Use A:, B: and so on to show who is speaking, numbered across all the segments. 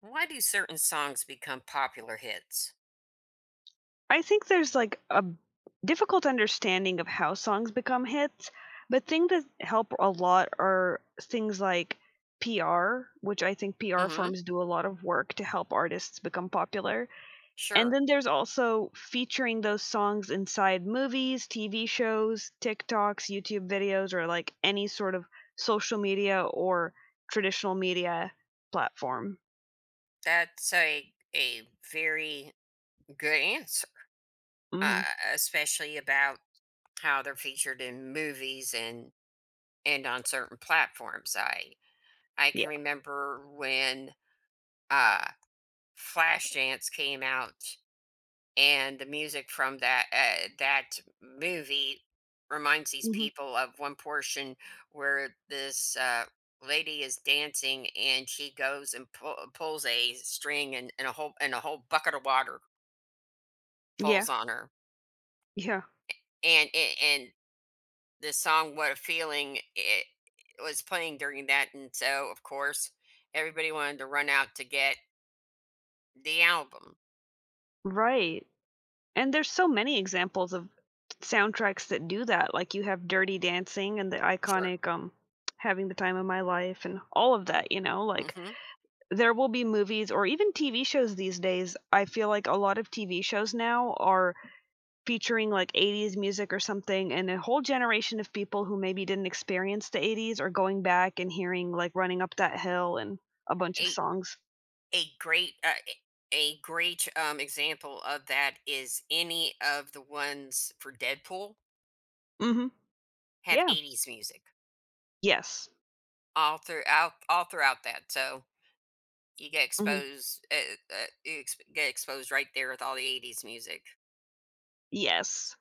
A: Why do certain songs become popular hits?
B: I think there's like a difficult understanding of how songs become hits, but things that help a lot are things like PR, which I think PR
A: Hmm.
B: firms do a lot of work to help artists become popular. And
A: Sure.
B: then there's also featuring those songs inside movies, TV shows, TikToks, YouTube videos, or like any sort of social media or traditional media platform.
A: That's a very good answer, uh,
B: Hmm.
A: especially about how they're featured in movies and on certain platforms. I
B: Yeah.
A: can remember when uh, Flashdance came out and the music from that movie reminds these
B: Hmm.
A: people of one portion where this lady is dancing and she goes and pulls a string and a whole bucket of water
B: Yeah.
A: falls on her
B: Yeah.
A: and the song What a Feeling it was playing during that, and so of course everybody wanted to run out to get the album.
B: Right. And there's so many examples of soundtracks that do that, like, you have Dirty Dancing and the
A: Sure.
B: iconic, Having the Time of My Life and all of that, you know, like,
A: Hmm.
B: there will be movies or even TV shows these days. I feel like a lot of TV shows now are featuring, like, 80s music or something, and a whole generation of people who maybe didn't experience the 80s are going back and hearing, like, Running Up That Hill and a bunch of songs.
A: A great example of that is any of the ones for Deadpool
B: Mhm.
A: have
B: Yeah.
A: 80s music
B: Yes.
A: all throughout that. So you get
B: Mhm.
A: exposed right there with all the 80s music.
B: Yes.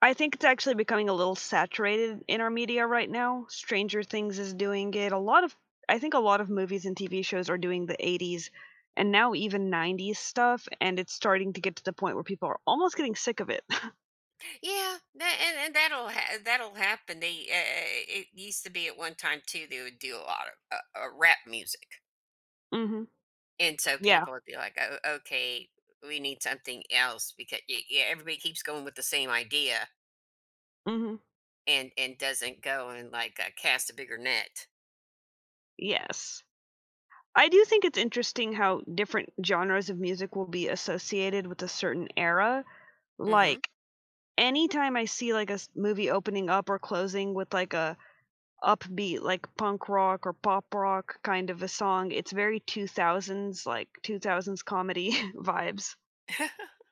B: I think it's actually becoming a little saturated in our media right now. Stranger Things is doing it. A lot of I think a lot of movies and TV shows are doing the 80s and now even 90s stuff, and it's starting to get to the point where people are almost getting sick of it.
A: Yeah, that, and that'll happen. They it used to be at one time too, they would do a lot of rap music.
B: Mhm.
A: And so
B: Yeah.
A: people would be like, "Oh, okay, we need something else because y yeah, everybody keeps going with the same idea."
B: Mhm.
A: And doesn't go and, like, cast a bigger net.
B: Yes. I do think it's interesting how different genres of music will be associated with a certain era.
A: Hmm.
B: Like, anytime I see, like, a s movie opening up or closing with, like, a upbeat like punk rock or pop rock kind of a song. It's very 2000s, like 2000s comedy vibes.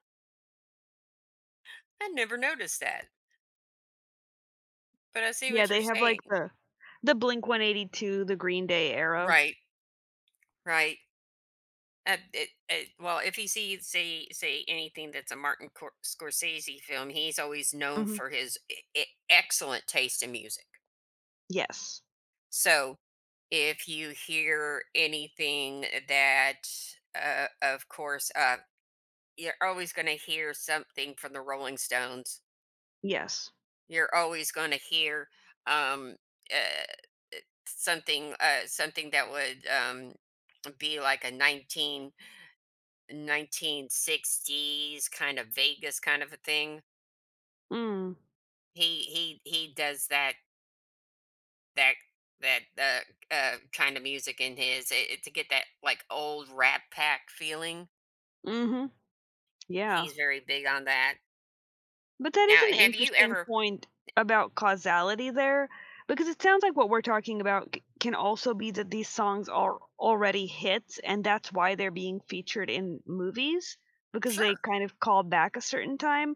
A: I never noticed that, but I see
B: Yeah,
A: what you're
B: they have like
A: saying.
B: the Blink-182, the Green Day era.
A: Right, right. Well, if he sees say anything that's a Martin Scorsese film, he's always known
B: Mhm.
A: for his excellent taste in music.
B: Yes.
A: So, if you hear anything of course, you're always going to hear something from the Rolling Stones.
B: Yes.
A: You're always gonna hear, um, uh, something that would, be like a nineteen sixties kind of Vegas kind of a thing.
B: Mm.
A: He does that that kind of music in his I to get that, like, old Rat Pack feeling.
B: Mhm. Yeah.
A: He's very big on that.
B: But that is
A: Now,
B: an
A: have you
B: interesting
A: ever.
B: point about causality there, because it sounds like what we're talking about can also be that these songs are already hits, and that's why they're being featured in movies because they
A: Sure.
B: kind of call back a certain time.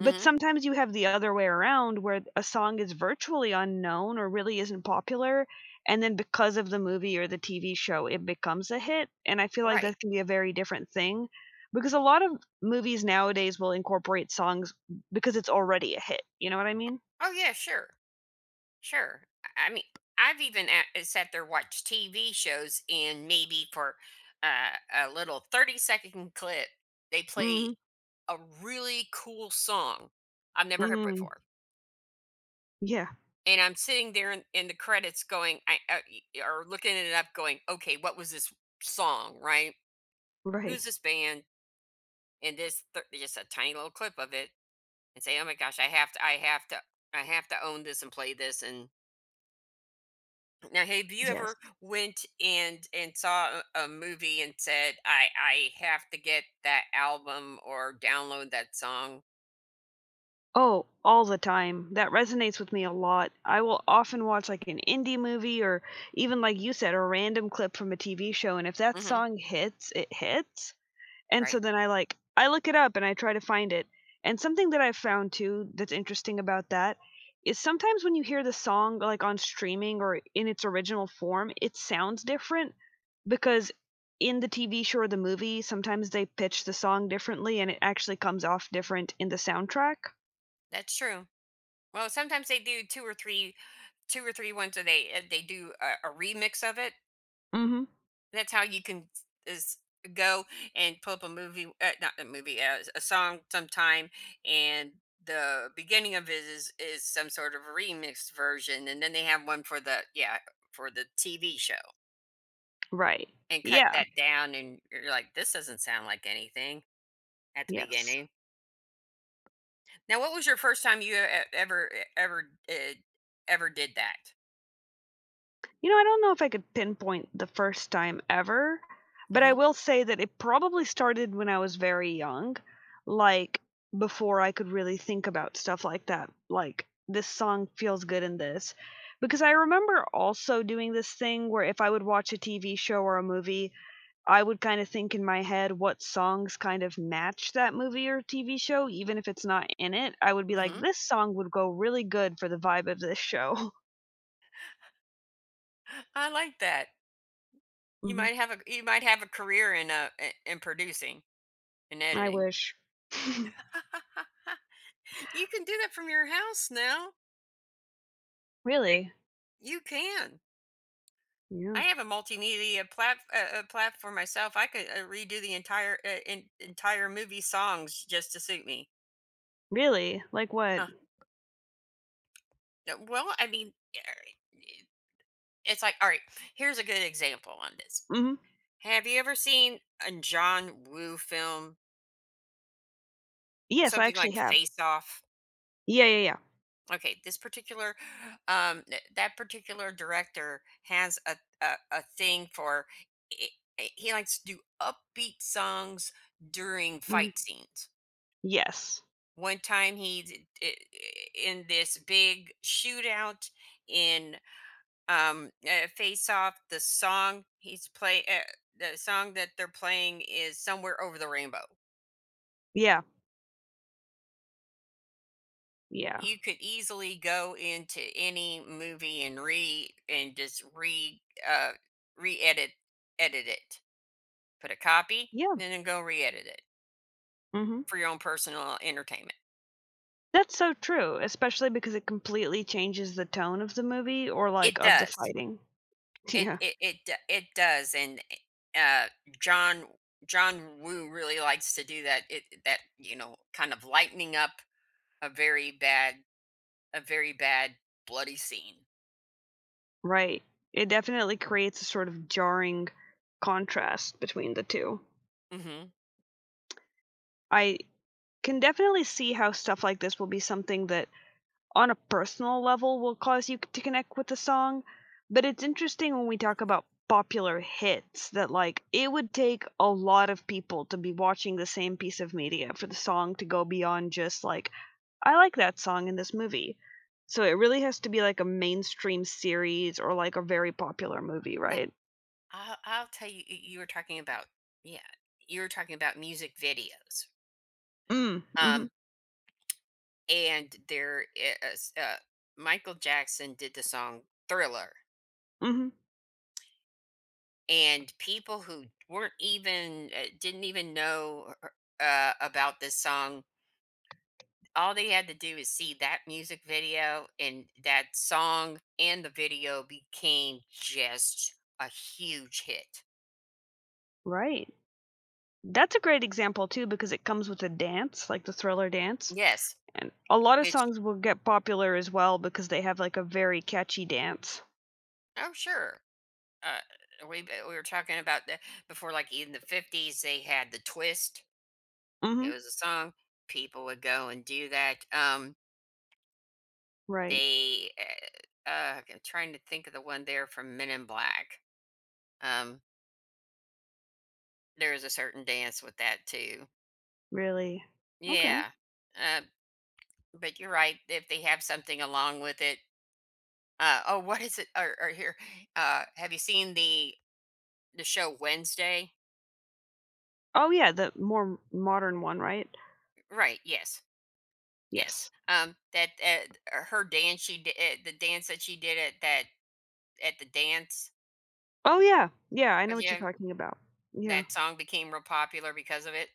B: But sometimes you have the other way around where a song is virtually unknown or really isn't popular, and then because of the movie or the TV show, it becomes a hit, and I feel like
A: Right.
B: that can be a very different thing, because a lot of movies nowadays will incorporate songs because it's already a hit, you know what I mean?
A: Oh, yeah, sure. Sure. I mean, I've even sat there, watched TV shows, and maybe for a little 30-second clip, they play
B: Mhm.
A: a really cool song I've never heard
B: Mm.
A: before.
B: Yeah.
A: And I'm sitting there in the credits going, or looking it up going, okay, what was this song, right?
B: Right.
A: Who's this band? And just a tiny little clip of it, and say, oh my gosh, I have to, I have to, I have to own this and play this and. Now, have you
B: Yes.
A: ever went and saw a movie and said, "I have to get that album or download that song"?
B: Oh, all the time. That resonates with me a lot. I will often watch like an indie movie or even like you said, a random clip from a TV show, and if that
A: Hmm.
B: song hits, it hits. And
A: Right,
B: so then I like I look it up and I try to find it. And something that I've found too that's interesting about that is sometimes when you hear the song like on streaming or in its original form, it sounds different because in the TV show or the movie, sometimes they pitch the song differently and it actually comes off different in the soundtrack.
A: that's true. Well, sometimes they do two or three ones, or they do a remix of it.
B: Mhm.
A: That's how you can is go and pull up a movie, not a movie, a song sometime, and the beginning of it is some sort of remix version, and then they have one for the yeah for the TV show.
B: Right.
A: And cut
B: Yeah.
A: that down and you're like, "This doesn't sound like anything," at the
B: Yes.
A: beginning. Now, what was your first time you e e ever did that?
B: You know, I don't know if I could pinpoint the first time ever, but I
A: Mhm,
B: will say that it probably started when I was very young, like, before I could really think about stuff like that, like, "This song feels good in this." Because I remember also doing this thing where if I would watch a TV show or a movie, I would kinda think in my head what songs kind of match that movie or TV show, even if it's not in it. I would be like,
A: mhm.
B: "This song would go really good for the vibe of this show."
A: I like that. You
B: Mhm.
A: might have a career in, I in producing and
B: I
A: editing.
B: wish.
A: You can do that from your house now.
B: Really?
A: You can.
B: Yeah.
A: I have a multimedia platform myself. I could, redo the entire movie songs just to suit me.
B: Really? Like what?
A: No. Well, I mean, yeah, it's like, all right, here's a good example on this.
B: Mhm.
A: Have you ever seen a John Woo film,
B: Yes, I
A: something
B: actually
A: like
B: have.
A: Face Off?
B: Yeah, yeah, yeah.
A: Okay, that particular director has a thing for. i- He likes to do upbeat songs during
B: Mhm.
A: fight scenes.
B: Yes.
A: One time he's in this big shootout in. Face Off, the song that they're playing is Somewhere Over the Rainbow.
B: Yeah. Yeah.
A: You could easily go into any movie and re and just re uh re-edit edit it, put a copy,
B: Yeah.
A: and then go re-edit it
B: Mhm.
A: for your own personal entertainment.
B: That's so true, especially because it completely changes the tone of the movie or, like,
A: It
B: of the
A: does.
B: fighting. Yeah.
A: And uh john john Woo really likes to do that, it that you know, kind of lightening up a very bad a very bad bloody scene.
B: Right. It definitely creates a sort of jarring contrast between the 2.
A: Mm-hmm.
B: I can definitely see how stuff like this will be something that on a personal level will cause you to connect with the song. But it's interesting when we talk about popular hits that like it would take a lot of people to be watching the same piece of media for the song to go beyond just like I like that song in this movie. So it really has to be like a mainstream series or like a very popular movie,
A: Now,
B: right?
A: I'll tell you, you were talking about, yeah, you were talking about music videos.
B: Mm, mhm,
A: Um, and is, uh, Michael Jackson did the song Thriller,
B: mhm.
A: and people who weren't even, didn't even know about this song, all they had to do is see that music video, and that song and the video became just a huge hit.
B: Right. That's a great example too because it comes with a dance, like the Thriller dance.
A: Yes,
B: And a lot of
A: it's
B: songs will get popular as well because they have, like, a very catchy dance.
A: oh, sure. Uh, we were talking about the before, like in the 50s, they had the twist. It
B: Mhm.
A: was a song. People would go and do that.
B: Right.
A: They, I'm trying to think of the one there from Men in Black. Um, there is a certain dance with that too.
B: Really. Okay.
A: Yeah. Uh, but you're right. If they have something along with it, oh, what is it? Or here, have you seen the show Wednesday?
B: Oh, yeah, the more modern one, right?
A: Right. Yes. Yes,
B: Yes.
A: that that her dance she did the dance that she did at the dance,
B: Oh, yeah. Yeah, I know what you're
A: yeah,
B: talking about. Yeah.
A: that song became real popular because of it.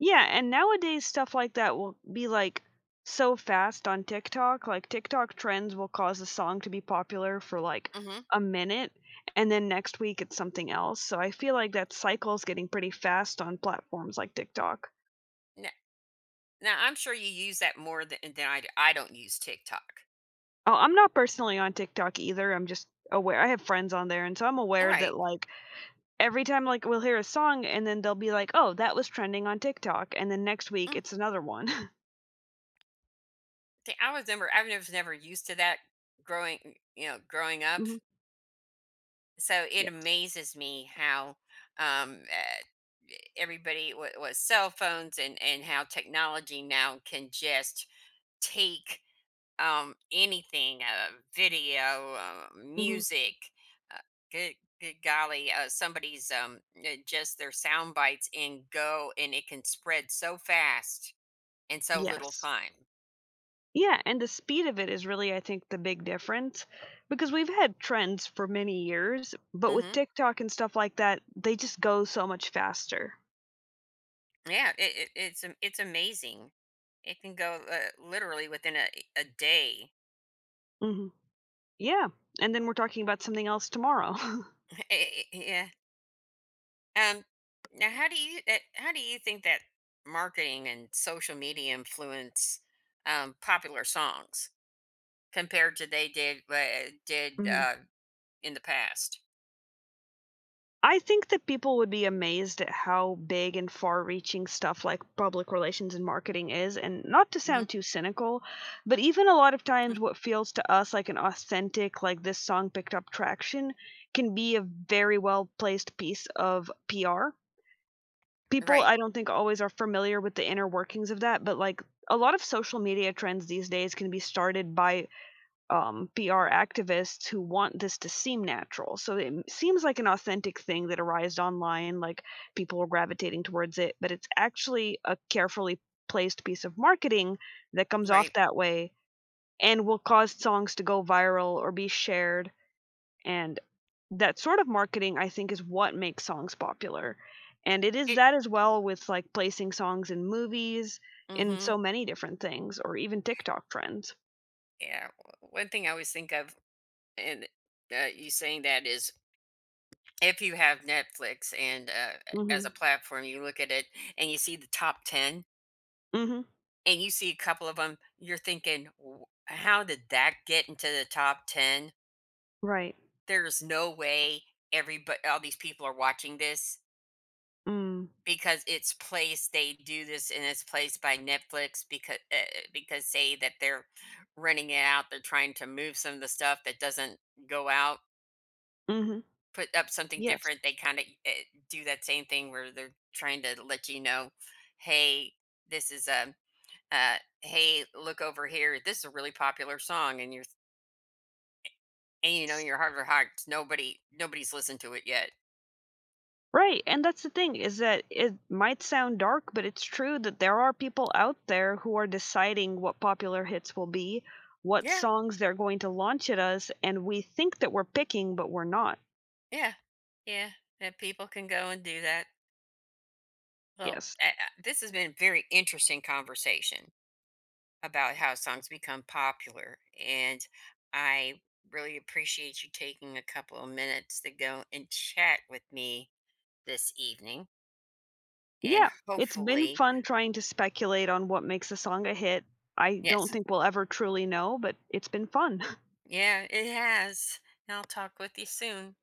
B: Yeah, and nowadays stuff like that will be, like, so fast on TikTok, like, TikTok trends will cause a song to be popular for, like,
A: Mhm.
B: a minute, and then next week it's something else, so I feel like that cycle's getting pretty fast on platforms like TikTok.
A: Now, now, I'm sure you use that more than I do. I don't use TikTok.
B: Oh, I'm not personally on TikTok either, I'm just aware I have friends on there, and so I'm aware that,
A: Right.
B: like, every time, like, we'll hear a song and then they'll be like, "Oh, that was trending on TikTok," and then next week
A: Mm.
B: it's another one.
A: See, I was never used to that growing you know growing up.
B: Mhm,
A: So
B: yeah,
A: it amazes me how um uh, everybody with cell phones and how technology now can just take anything video
B: mhm,
A: music uh, good good golly, somebody's just their sound bites and go, and it can spread so fast in so little
B: yes.
A: time.
B: Yeah, and the speed of it is really, I think, the big difference, because we've had trends for many years, but with
A: Hmm.
B: TikTok and stuff like that, they just go so much faster.
A: Yeah, it's amazing. It can go literally within a day.
B: Mhm, yeah, and then we're talking about something else tomorrow.
A: Yeah, um now, how do you think that marketing and social media influence popular songs compared to they did uh, did
B: Mhm.
A: uh, in the past.
B: I think that people would be amazed at how big and far-reaching stuff like public relations and marketing is, and not to
A: Hmm.
B: sound too cynical, but even a lot of times what feels to us like an authentic, like this song picked up traction, can be a very well-placed piece of PR. People,
A: Right.
B: I don't think always are familiar with the inner workings of that, but like a lot of social media trends these days can be started by BR activists who want this to seem natural. So it seems like an authentic thing that arose online, like people were gravitating towards it, but it's actually a carefully placed piece of marketing that comes off
A: Right.
B: that way and will cause songs to go viral or be shared. And that sort of marketing, I think, is what makes songs popular. And it is
A: It
B: that as well with like placing songs in movies, in
A: Hmm.
B: so many different things, or even TikTok trends.
A: Yeah. One thing I always think of, and you saying that, is if you have Netflix and, as a
B: Hmm.
A: platform, you look at it and you see the top 10,
B: Hmm.
A: and you see a couple of them, you're thinking, "How did that get into the top 10?
B: Right.
A: There's no way all these people are watching this."
B: Mm.
A: Because it's placed. They do this and it's placed by Netflix because, say that they're renting it out, they're trying to move some of the stuff that doesn't go out,
B: Mhm.
A: put up something
B: Yes.
A: different. They kind of do that same thing where they're trying to let you know, hey, this is a, uh, hey, look over here. This is a really popular song, and you're and you know in your heart of hearts, nobody's listened to it yet.
B: Right, and that's the thing is that it might sound dark, but it's true that there are people out there who are deciding what popular hits will be, what
A: Yeah,
B: songs they're going to launch at us, and we think that we're picking, but we're not.
A: yeah, yeah. That people can go and do that. Well,
B: Yes.
A: this has been a very interesting conversation about how songs become popular. And I really appreciate you taking a couple of minutes to go and chat with me this evening. And
B: Yeah, it's been
A: hopefully.
B: fun trying to speculate on what makes a song a hit. I don't
A: Yes,
B: think we'll ever truly know, but it's been fun.
A: yeah, it has. And I'll talk with you soon.